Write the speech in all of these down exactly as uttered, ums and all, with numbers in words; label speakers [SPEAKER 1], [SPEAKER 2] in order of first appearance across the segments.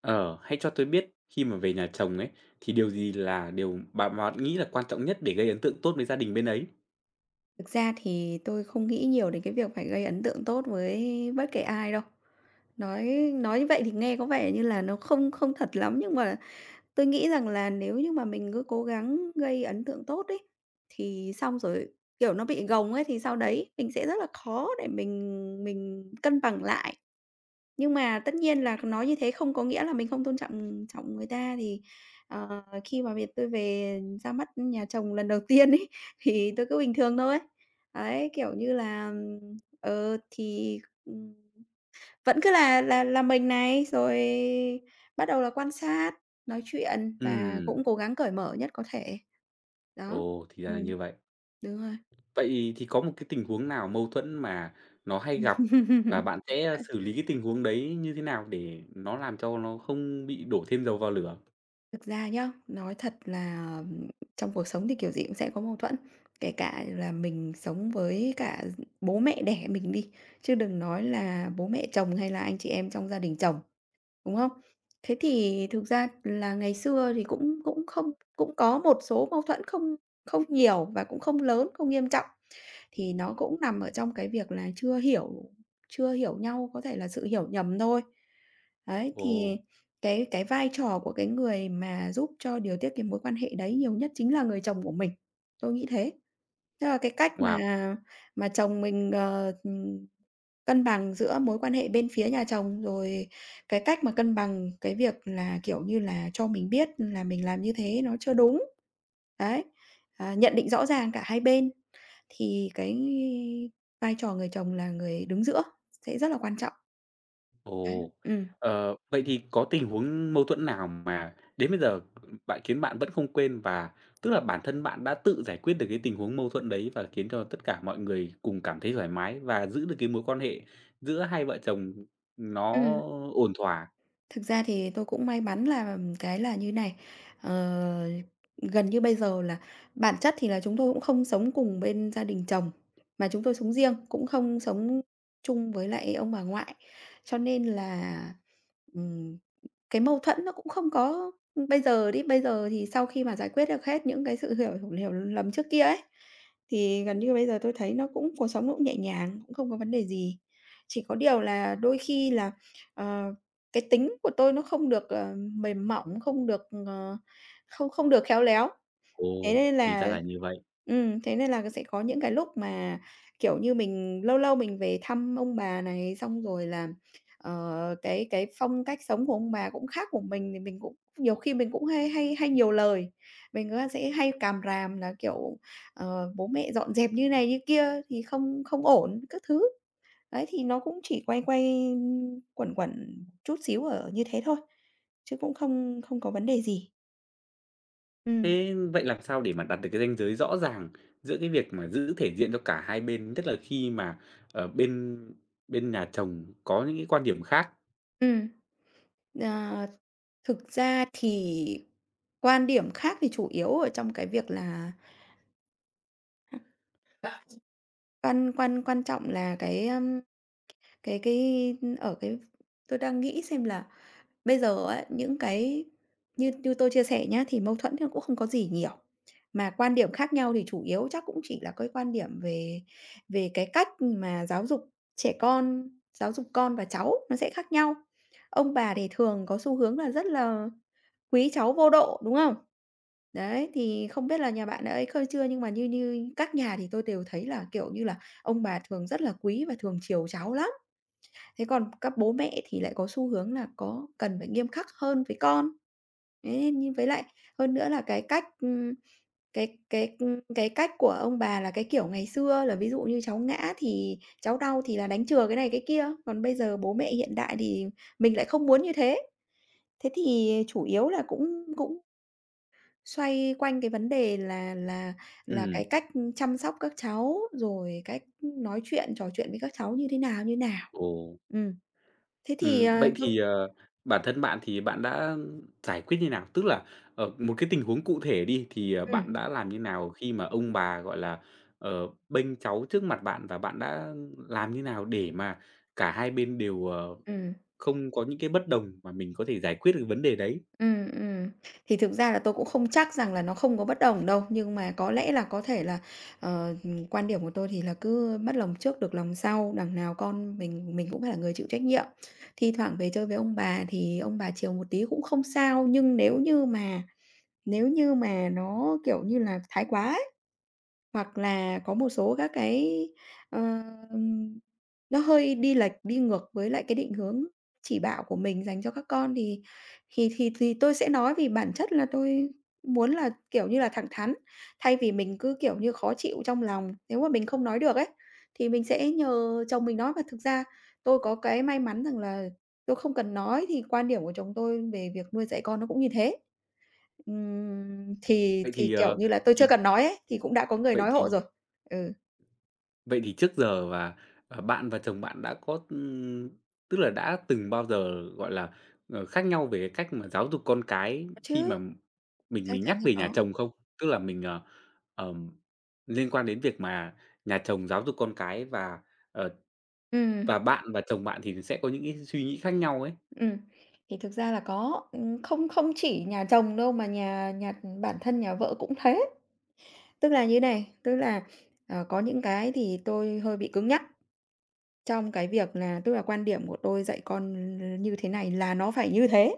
[SPEAKER 1] Ờ, Hãy cho tôi biết khi mà về nhà chồng ấy, thì điều gì là điều bạn mà bạn nghĩ là quan trọng nhất để gây ấn tượng tốt với gia đình bên ấy?
[SPEAKER 2] Thực ra thì tôi không nghĩ nhiều đến cái việc phải gây ấn tượng tốt với bất kể ai đâu. Nói nói như vậy thì nghe có vẻ như là nó không không thật lắm, nhưng mà tôi nghĩ rằng là nếu như mà mình cứ cố gắng gây ấn tượng tốt ấy, thì xong rồi, kiểu, nó bị gồng ấy, thì sau đấy mình sẽ rất là khó để mình mình cân bằng lại. Nhưng mà tất nhiên là nói như thế không có nghĩa là mình không tôn trọng trọng người ta, thì, ờ, khi mà việc tôi về ra mắt nhà chồng lần đầu tiên ấy, thì tôi cứ bình thường thôi. Ấy, kiểu như là, ừm, ờ, thì, ừm, vẫn cứ là là là mình này, rồi bắt đầu là quan sát, nói chuyện và
[SPEAKER 1] Ừm,
[SPEAKER 2] cũng cố gắng cởi mở nhất có thể. Đó.
[SPEAKER 1] ồ, thì ra là
[SPEAKER 2] Ừm,
[SPEAKER 1] như vậy.
[SPEAKER 2] đúng rồi.
[SPEAKER 1] Vậy thì có một cái tình huống nào mâu thuẫn mà nó hay gặp và bạn sẽ xử lý cái tình huống đấy như thế nào để nó làm cho nó không bị đổ thêm dầu vào lửa?
[SPEAKER 2] Thực ra nhá, nói thật là, ừm, trong cuộc sống thì kiểu gì cũng sẽ có mâu thuẫn, kể cả là mình sống với cả bố mẹ đẻ mình đi, chứ đừng nói là bố mẹ chồng hay là anh chị em trong gia đình chồng, đúng không? Thế thì thực ra là ngày xưa thì cũng cũng không cũng có một số mâu thuẫn không không nhiều và cũng không lớn, không nghiêm trọng. Thì nó cũng nằm ở trong cái việc là chưa hiểu chưa hiểu nhau, có thể là sự hiểu nhầm thôi. Đấy,
[SPEAKER 1] Ồ,
[SPEAKER 2] thì cái cái vai trò của cái người mà giúp cho điều tiết cái mối quan hệ đấy nhiều nhất chính là người chồng của mình, tôi nghĩ thế. Tức là cái cách mà
[SPEAKER 1] wow!
[SPEAKER 2] mà chồng mình, ờ, ừm, cân bằng giữa mối quan hệ bên phía nhà chồng, rồi cái cách mà cân bằng cái việc là, kiểu như là, cho mình biết là mình làm như thế nó chưa đúng. Đấy, à, nhận định rõ ràng cả hai bên. Thì cái vai trò người chồng là người đứng giữa sẽ rất là quan trọng. Đấy,
[SPEAKER 1] Ồ,
[SPEAKER 2] ừm.
[SPEAKER 1] ờ, vậy thì có tình huống mâu thuẫn nào mà đến bây giờ bạn khiến bạn vẫn không quên và tức là bản thân bạn đã tự giải quyết được cái tình huống mâu thuẫn đấy và khiến cho tất cả mọi người cùng cảm thấy thoải mái và giữ được cái mối quan hệ giữa hai vợ chồng nó ổn thỏa?
[SPEAKER 2] Thực ra thì tôi cũng may mắn là cái là như này, ờ, gần như bây giờ là bản chất thì là chúng tôi cũng không sống cùng bên gia đình chồng, mà chúng tôi sống riêng, cũng không sống chung với lại ông bà ngoại. Cho nên là, ừm, cái mâu thuẫn nó cũng không có bây giờ đi, bây giờ thì sau khi mà giải quyết được hết những cái sự hiểu hiểu lầm trước kia ấy, thì gần như bây giờ tôi thấy nó cũng cuộc sống nó cũng nhẹ nhàng, cũng không có vấn đề gì. Chỉ có điều là đôi khi là, ờ cái tính của tôi nó không được, ờ, mềm mỏng, không được, ờ, không không được khéo léo. Thế
[SPEAKER 1] Ồ,
[SPEAKER 2] nên
[SPEAKER 1] thì ra
[SPEAKER 2] là
[SPEAKER 1] là như vậy.
[SPEAKER 2] ừm, Thế nên là sẽ có những cái lúc mà, kiểu như, mình lâu lâu mình về thăm ông bà này, xong rồi là, ờ, cái cái phong cách sống của ông bà cũng khác của mình thì mình cũng nhiều khi mình cũng hay hay hay nhiều lời. Mình á sẽ hay càm ràm là, kiểu, ờ, "Bố mẹ dọn dẹp như này như kia thì không không ổn" các thứ. Đấy, thì nó cũng chỉ quay quay, quẩn quẩn chút xíu ở như thế thôi, chứ cũng không không có vấn đề gì. Ừ,
[SPEAKER 1] Thế vậy làm sao để mà đặt được cái ranh giới rõ ràng giữa cái việc mà giữ thể diện cho cả hai bên, nhất là khi mà ở bên bên nhà chồng có những cái quan điểm khác?
[SPEAKER 2] ừm, ờ, thực ra thì quan điểm khác thì chủ yếu ở trong cái việc là quan quan quan trọng là cái, ưm, cái cái ở cái tôi đang nghĩ xem là bây giờ á, những cái như như tôi chia sẻ nhá, thì mâu thuẫn thì nó cũng không có gì nhiều, mà quan điểm khác nhau thì chủ yếu chắc cũng chỉ là cái quan điểm về về cái cách mà giáo dục trẻ con, giáo dục con và cháu nó sẽ khác nhau. Ông bà thì thường có xu hướng là rất là quý cháu vô độ, đúng không? Đấy, thì không biết là nhà bạn đã ấy khơi chưa nhưng mà như như các nhà thì tôi đều thấy là, kiểu như là, ông bà thường rất là quý và thường chiều cháu lắm. Thế còn các bố mẹ thì lại có xu hướng là có cần phải nghiêm khắc hơn với con. Đấy, nhưng với lại hơn nữa là cái cách, ừm, cái cái, ưm, cái cách của ông bà là cái kiểu ngày xưa là ví dụ như cháu ngã thì cháu đau thì là đánh chừa cái này cái kia, còn bây giờ bố mẹ hiện đại thì mình lại không muốn như thế. Thế thì chủ yếu là cũng cũng xoay quanh cái vấn đề là là là
[SPEAKER 1] Ừm,
[SPEAKER 2] cái cách chăm sóc các cháu, rồi cách nói chuyện, trò chuyện với các cháu như thế nào, như nào.
[SPEAKER 1] ồ.
[SPEAKER 2] Ừm, Thế thì,
[SPEAKER 1] Ừm,
[SPEAKER 2] ờ,
[SPEAKER 1] vậy
[SPEAKER 2] tôi.
[SPEAKER 1] thì, ờ, bản thân bạn thì bạn đã giải quyết như nào? Tức là, ở một cái tình huống cụ thể đi, thì, ờ, bạn
[SPEAKER 2] Ừm,
[SPEAKER 1] đã làm như nào khi mà ông bà, gọi là, ờ, bênh cháu trước mặt bạn? Và bạn đã làm như nào để mà cả hai bên đều, ờ,
[SPEAKER 2] ừm,
[SPEAKER 1] không có những cái bất đồng mà mình có thể giải quyết được vấn đề đấy?
[SPEAKER 2] ừm, ừm. Thì thực ra là tôi cũng không chắc rằng là nó không có bất đồng đâu, nhưng mà có lẽ là có thể là, ờ, ừm, quan điểm của tôi thì là cứ mất lòng trước được lòng sau, đằng nào con mình mình cũng phải là người chịu trách nhiệm. Thi thoảng về chơi với ông bà thì ông bà chiều một tí cũng không sao, nhưng nếu như mà nếu như mà nó, kiểu như là, thái quá ấy. Hoặc là có một số các cái, ờ, nó hơi đi lệch, đi ngược với lại cái định hướng chỉ bảo của mình dành cho các con thì thì thì thì tôi sẽ nói vì bản chất là tôi muốn là, kiểu như là, thẳng thắn, thay vì mình cứ, kiểu như, khó chịu trong lòng. Nếu mà mình không nói được ấy, thì mình sẽ nhờ chồng mình nói. Và thực ra tôi có cái may mắn rằng là tôi không cần nói thì quan điểm của chồng tôi về việc nuôi dạy con nó cũng như thế. Ừm, thì
[SPEAKER 1] Vậy
[SPEAKER 2] thì,
[SPEAKER 1] thì, ờ,
[SPEAKER 2] kiểu như là, tôi chưa
[SPEAKER 1] thì
[SPEAKER 2] cần nói ấy, thì cũng đã có người
[SPEAKER 1] vậy
[SPEAKER 2] nói hộ
[SPEAKER 1] thì
[SPEAKER 2] rồi. Ừ.
[SPEAKER 1] Vậy thì trước giờ và, ờ, bạn và chồng bạn đã có, ừm, tức là đã từng bao giờ, gọi là, ờ, khác nhau về cái cách mà giáo dục con cái
[SPEAKER 2] Có
[SPEAKER 1] khi
[SPEAKER 2] chứ,
[SPEAKER 1] mà mình
[SPEAKER 2] chắc
[SPEAKER 1] mình
[SPEAKER 2] chắn
[SPEAKER 1] nhắc
[SPEAKER 2] là
[SPEAKER 1] về nhà
[SPEAKER 2] có.
[SPEAKER 1] chồng không? Tức là mình, ờ, ờm, liên quan đến việc mà nhà chồng giáo dục con cái và, ờ,
[SPEAKER 2] Ừm,
[SPEAKER 1] và bạn và chồng bạn thì sẽ có những cái suy nghĩ khác nhau ấy.
[SPEAKER 2] ừm. Thì thực ra là có, ừm, không không chỉ nhà chồng đâu mà nhà nhà bản thân nhà vợ cũng thế. Tức là như này, tức là, ờ, có những cái thì tôi hơi bị cứng nhắc trong cái việc là tức là quan điểm của tôi dạy con như thế này là nó phải như thế.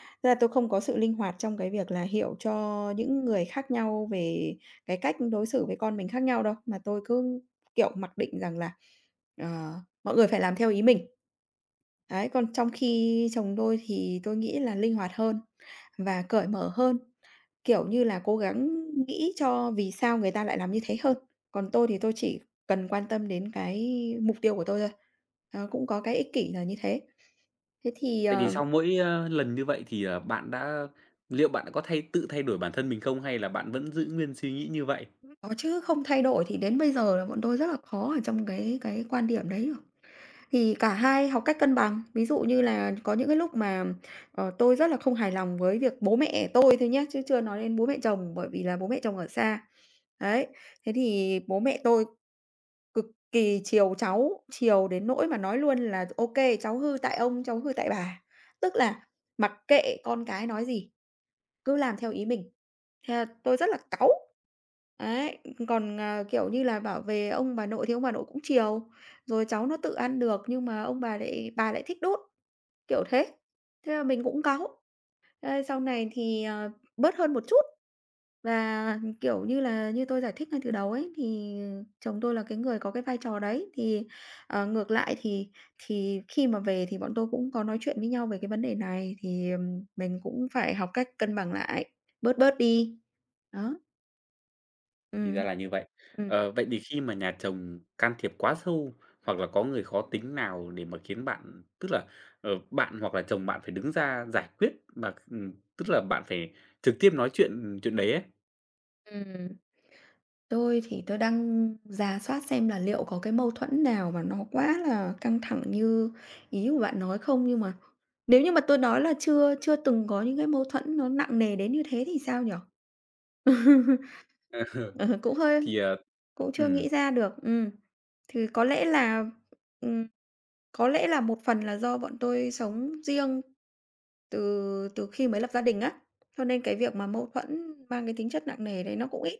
[SPEAKER 2] Thật ra tôi không có sự linh hoạt trong cái việc là hiểu cho những người khác nhau về cái cách đối xử với con mình khác nhau đâu, mà tôi cứ, kiểu, mặc định rằng là, ờ, mọi người phải làm theo ý mình. Đấy, còn trong khi chồng tôi thì tôi nghĩ là linh hoạt hơn và cởi mở hơn, kiểu như là, cố gắng nghĩ cho vì sao người ta lại làm như thế hơn. Còn tôi thì tôi chỉ cần quan tâm đến cái mục tiêu của tôi thôi, nó cũng có cái ích kỷ là như thế. Thế thì,
[SPEAKER 1] Vậy thì
[SPEAKER 2] ờ
[SPEAKER 1] sau mỗi, ơ, lần như vậy thì, ờ, bạn đã liệu bạn đã có thay tự thay đổi bản thân mình không hay là bạn vẫn giữ nguyên suy nghĩ như vậy?
[SPEAKER 2] Có chứ, không thay đổi thì đến bây giờ là bọn tôi rất là khó ở trong cái cái quan điểm đấy rồi. Thì cả hai học cách cân bằng, ví dụ như là có những cái lúc mà, ờ, tôi rất là không hài lòng với việc bố mẹ tôi thôi nhé chứ chưa nói đến bố mẹ chồng, bởi vì là bố mẹ chồng ở xa. Đấy, thế thì bố mẹ tôi cực kỳ chiều cháu, chiều đến nỗi mà nói luôn là "ok cháu hư tại ông, cháu hư tại bà." Tức là mặc kệ con cái nói gì, cứ làm theo ý mình. Thế là tôi rất là cáu. Đấy, còn, à, kiểu như là, bảo về ông bà nội thì ông bà nội cũng chiều, rồi cháu nó tự ăn được nhưng mà ông bà lại bà lại thích đút, kiểu thế. Thế là mình cũng cáu. Ê, sau này thì, ờ, bớt hơn một chút và, kiểu như là, như tôi giải thích ngay từ đầu ấy, thì chồng tôi là cái người có cái vai trò đấy. Thì, ờ, ngược lại thì thì khi mà về thì bọn tôi cũng có nói chuyện với nhau về cái vấn đề này, thì, ừm, mình cũng phải học cách cân bằng lại, bớt bớt đi. Đó, ừ,
[SPEAKER 1] Thì ra là như vậy.
[SPEAKER 2] ừ,
[SPEAKER 1] Ờ, vậy thì khi mà nhà chồng can thiệp quá sâu hoặc là có người khó tính nào để mà khiến bạn tức là, ờ, bạn hoặc là chồng bạn phải đứng ra giải quyết mà, ừm, tức là bạn phải trực tiếp nói chuyện chuyện đấy ấy,
[SPEAKER 2] ừm. Tôi thì tôi đang rà soát xem là liệu có cái mâu thuẫn nào mà nó quá là căng thẳng như ý của bạn nói không, nhưng mà nếu như mà tôi nói là chưa chưa từng có những cái mâu thuẫn nó nặng nề đến như thế thì sao nhỉ? Ờ, Cũng hơi
[SPEAKER 1] thì, ờ
[SPEAKER 2] cũng chưa
[SPEAKER 1] ừm.
[SPEAKER 2] nghĩ ra được, ừm. Thì có lẽ là, ừm, có lẽ là một phần là do bọn tôi sống riêng từ từ khi mới lập gia đình á, cho nên cái việc mà mâu thuẫn mang cái tính chất nặng nề đấy nó cũng ít.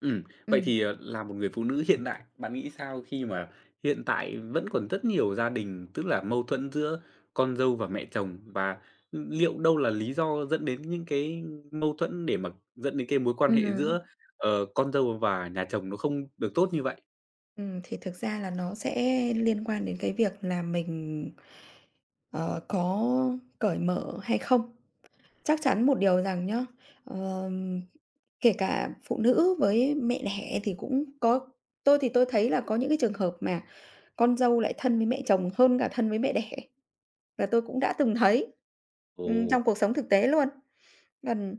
[SPEAKER 1] Ừ, vậy
[SPEAKER 2] Ừm,
[SPEAKER 1] thì, ờ, là một người phụ nữ hiện đại, bạn nghĩ sao khi mà hiện tại vẫn còn rất nhiều gia đình, tức là mâu thuẫn giữa con dâu và mẹ chồng? Và liệu đâu là lý do dẫn đến những cái mâu thuẫn để mà dẫn đến cái mối quan hệ
[SPEAKER 2] ừm,
[SPEAKER 1] giữa, ờ, con dâu và nhà chồng nó không được tốt như vậy?
[SPEAKER 2] ừm, thì thực ra là nó sẽ liên quan đến cái việc là mình, ờ, có cởi mở hay không. Chắc chắn một điều rằng nhá, ờm, kể cả phụ nữ với mẹ đẻ thì cũng có tôi thì tôi thấy là có những cái trường hợp mà con dâu lại thân với mẹ chồng hơn cả thân với mẹ đẻ, là tôi cũng đã từng thấy, ừm,
[SPEAKER 1] Ồ,
[SPEAKER 2] trong cuộc sống thực tế luôn. Gần.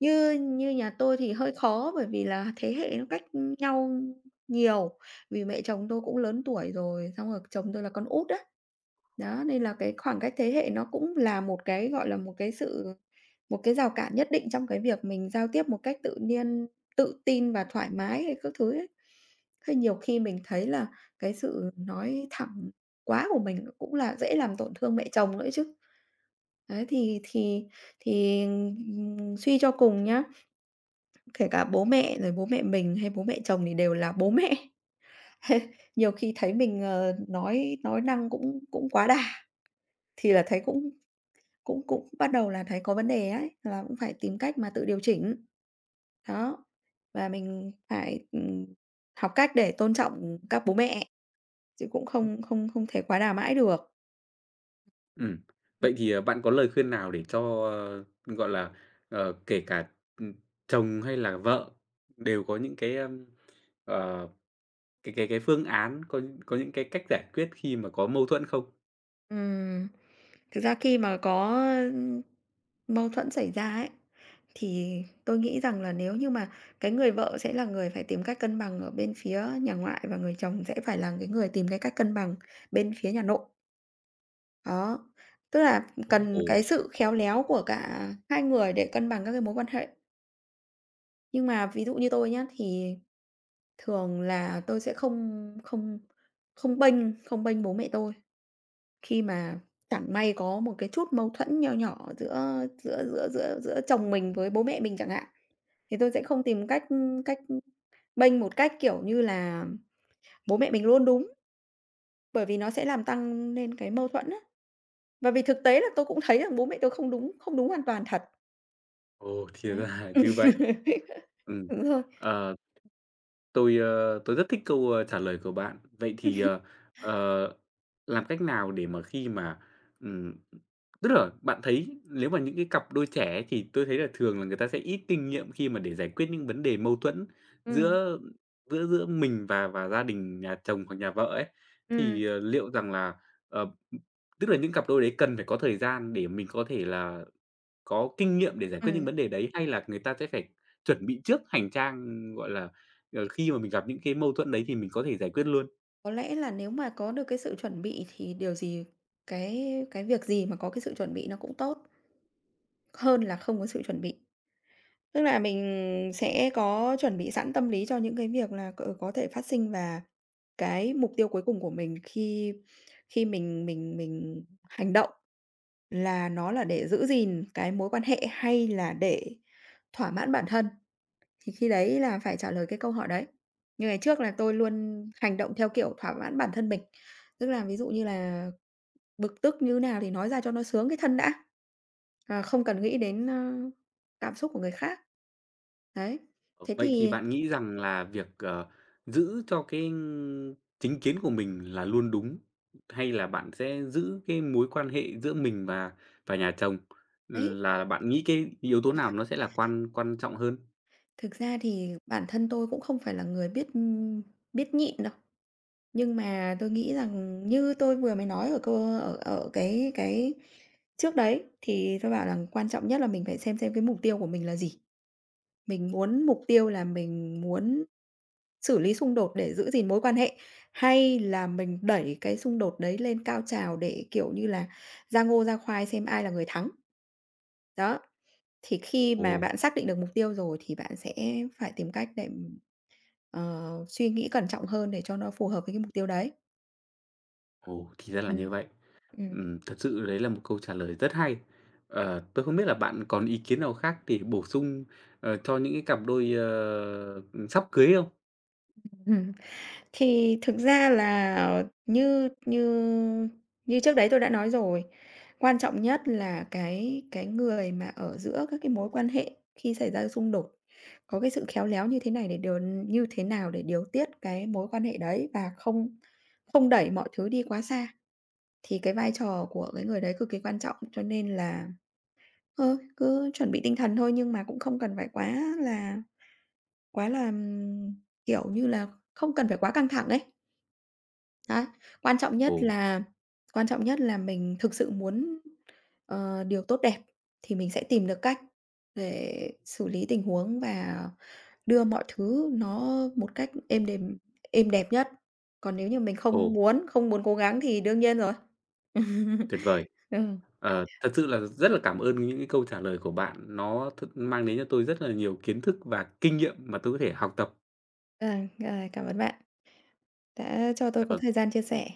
[SPEAKER 2] Như như nhà tôi thì hơi khó bởi vì là thế hệ nó cách nhau nhiều, vì mẹ chồng tôi cũng lớn tuổi rồi, xong rồi chồng tôi là con út á. Đó, nên là cái khoảng cách thế hệ nó cũng là một cái, gọi là, một cái sự một cái rào cản nhất định trong cái việc mình giao tiếp một cách tự nhiên, tự tin và thoải mái hay các thứ ấy. Thế nhiều khi mình thấy là cái sự nói thẳng quá của mình cũng là dễ làm tổn thương mẹ chồng nữa chứ. Đấy, thì thì thì, ừm, suy cho cùng nhá, kể cả bố mẹ rồi bố mẹ mình hay bố mẹ chồng thì đều là bố mẹ. Nhiều khi thấy mình, ờ, nói nói năng cũng cũng quá đà, thì là thấy cũng cũng cũng bắt đầu là thấy có vấn đề ấy, là cũng phải tìm cách mà tự điều chỉnh. Đó, và mình phải, ừm, học cách để tôn trọng các bố mẹ, chứ cũng không không không thể quá đà mãi được.
[SPEAKER 1] ừ. Vậy thì, ờ, bạn có lời khuyên nào để cho, ơ, gọi là, ờ, kể cả, ừm, chồng hay là vợ đều có những cái, ờ Cái cái cái phương án, có có những cái cách giải quyết khi mà có mâu thuẫn không?
[SPEAKER 2] Ừm, thực ra khi mà có, ưm, mâu thuẫn xảy ra ấy, thì tôi nghĩ rằng là nếu như mà cái người vợ sẽ là người phải tìm cách cân bằng ở bên phía nhà ngoại và người chồng sẽ phải là cái người tìm cái cách cân bằng bên phía nhà nội. Đó, tức là cần
[SPEAKER 1] Ồ.
[SPEAKER 2] cái sự khéo léo của cả hai người để cân bằng các cái mối quan hệ. Nhưng mà ví dụ như tôi nhá, thì thường là tôi sẽ không không không bênh không bênh bố mẹ tôi. Khi mà chẳng may có một cái chút mâu thuẫn nho nhỏ giữa giữa giữa giữa giữa chồng mình với bố mẹ mình chẳng hạn, thì tôi sẽ không tìm cách cách bênh một cách, kiểu như là, bố mẹ mình luôn đúng, bởi vì nó sẽ làm tăng lên cái mâu thuẫn á. Và vì thực tế là tôi cũng thấy rằng bố mẹ tôi không đúng không đúng hoàn toàn thật.
[SPEAKER 1] Ồ, thì ra
[SPEAKER 2] Đấy.
[SPEAKER 1] là như vậy. Ừm,
[SPEAKER 2] Đúng rồi.
[SPEAKER 1] ờ Tôi, ờ, tôi rất thích câu, ờ, trả lời của bạn. Vậy thì, ờ, ờ, làm cách nào để mà khi mà, ừm, tức là bạn thấy nếu mà những cái cặp đôi trẻ ấy thì tôi thấy là thường là người ta sẽ ít kinh nghiệm khi mà để giải quyết những vấn đề mâu thuẫn
[SPEAKER 2] Ừm,
[SPEAKER 1] giữa giữa giữa mình và và gia đình nhà chồng hoặc nhà vợ ấy.
[SPEAKER 2] ừm,
[SPEAKER 1] Thì, ờ, liệu rằng là, ờ, tức là những cặp đôi đấy cần phải có thời gian để mình có thể là có kinh nghiệm để giải quyết
[SPEAKER 2] ừm.
[SPEAKER 1] những vấn đề đấy, hay là người ta sẽ phải chuẩn bị trước hành trang, gọi là, ờ, khi mà mình gặp những cái mâu thuẫn đấy thì mình có thể giải quyết luôn?
[SPEAKER 2] Có lẽ là nếu mà có được cái sự chuẩn bị thì điều gì cái cái việc gì mà có cái sự chuẩn bị nó cũng tốt hơn là không có sự chuẩn bị. Tức là mình sẽ có chuẩn bị sẵn tâm lý cho những cái việc là c có thể phát sinh và cái mục tiêu cuối cùng của mình khi khi mình mình mình hành động là nó là để giữ gìn cái mối quan hệ hay là để thỏa mãn bản thân, thì khi đấy là phải trả lời cái câu hỏi đấy. Như ngày trước là tôi luôn hành động theo kiểu thỏa mãn bản thân mình. Tức là ví dụ như là bực tức như nào thì nói ra cho nó sướng cái thân đã, à, không cần nghĩ đến, ơ, cảm xúc của người khác. Đấy,
[SPEAKER 1] Ờ,
[SPEAKER 2] thế
[SPEAKER 1] Vậy thì
[SPEAKER 2] thì
[SPEAKER 1] bạn nghĩ rằng là việc, ờ, giữ cho cái chính kiến của mình là luôn đúng, hay là bạn sẽ giữ cái mối quan hệ giữa mình và và nhà chồng,
[SPEAKER 2] đấy,
[SPEAKER 1] là bạn nghĩ cái yếu tố nào nó sẽ là quan quan trọng hơn?
[SPEAKER 2] thực ra thì bản thân tôi cũng không phải là người biết, ưm, biết nhịn đâu, nhưng mà tôi nghĩ rằng như tôi vừa mới nói ở cô ở ở cái cái trước đấy, thì tôi bảo là quan trọng nhất là mình phải xem xem cái mục tiêu của mình là gì. Mình muốn mục tiêu là mình muốn xử lý xung đột để giữ gìn mối quan hệ, hay là mình đẩy cái xung đột đấy lên cao trào để, kiểu như là, ra ngô ra khoai xem ai là người thắng. Đó, thì khi
[SPEAKER 1] Ồ,
[SPEAKER 2] mà bạn xác định được mục tiêu rồi thì bạn sẽ phải tìm cách để, ờ, suy nghĩ cẩn trọng hơn để cho nó phù hợp với cái mục tiêu đấy.
[SPEAKER 1] ồ, thì ra là
[SPEAKER 2] Ừm.
[SPEAKER 1] như vậy.
[SPEAKER 2] Ừm.
[SPEAKER 1] Ừm, thật sự đấy là một câu trả lời rất hay. Ờ, tôi không biết là bạn còn ý kiến nào khác để bổ sung, ờ, cho những cái cặp đôi, ờ, sắp cưới không?
[SPEAKER 2] Ừm. Thì thực ra là như như như trước đấy tôi đã nói rồi, quan trọng nhất là cái cái người mà ở giữa các cái mối quan hệ khi xảy ra xung đột có cái sự khéo léo như thế này để điều như thế nào để điều tiết cái mối quan hệ đấy và không không đẩy mọi thứ đi quá xa, thì cái vai trò của cái người đấy cực kỳ quan trọng. Cho nên là, ờ, cứ chuẩn bị tinh thần thôi nhưng mà cũng không cần phải quá là quá là, ừm, kiểu như là, không cần phải quá căng thẳng ấy. Đấy, quan trọng nhất
[SPEAKER 1] Ồ,
[SPEAKER 2] là quan trọng nhất là mình thực sự muốn, ờ, điều tốt đẹp thì mình sẽ tìm được cách để xử lý tình huống và đưa mọi thứ nó một cách êm đềm êm đẹp nhất. Còn nếu như mình không
[SPEAKER 1] ồ,
[SPEAKER 2] muốn, không muốn cố gắng thì đương nhiên rồi.
[SPEAKER 1] tuyệt vời.
[SPEAKER 2] Ừ,
[SPEAKER 1] Ờ, thật sự là rất là cảm ơn những cái câu trả lời của bạn, nó thực mang đến cho tôi rất là nhiều kiến thức và kinh nghiệm mà tôi có thể học tập.
[SPEAKER 2] ờ, ờ, cảm ơn bạn đã cho tôi
[SPEAKER 1] Dạ
[SPEAKER 2] có
[SPEAKER 1] vâng.
[SPEAKER 2] thời gian chia sẻ.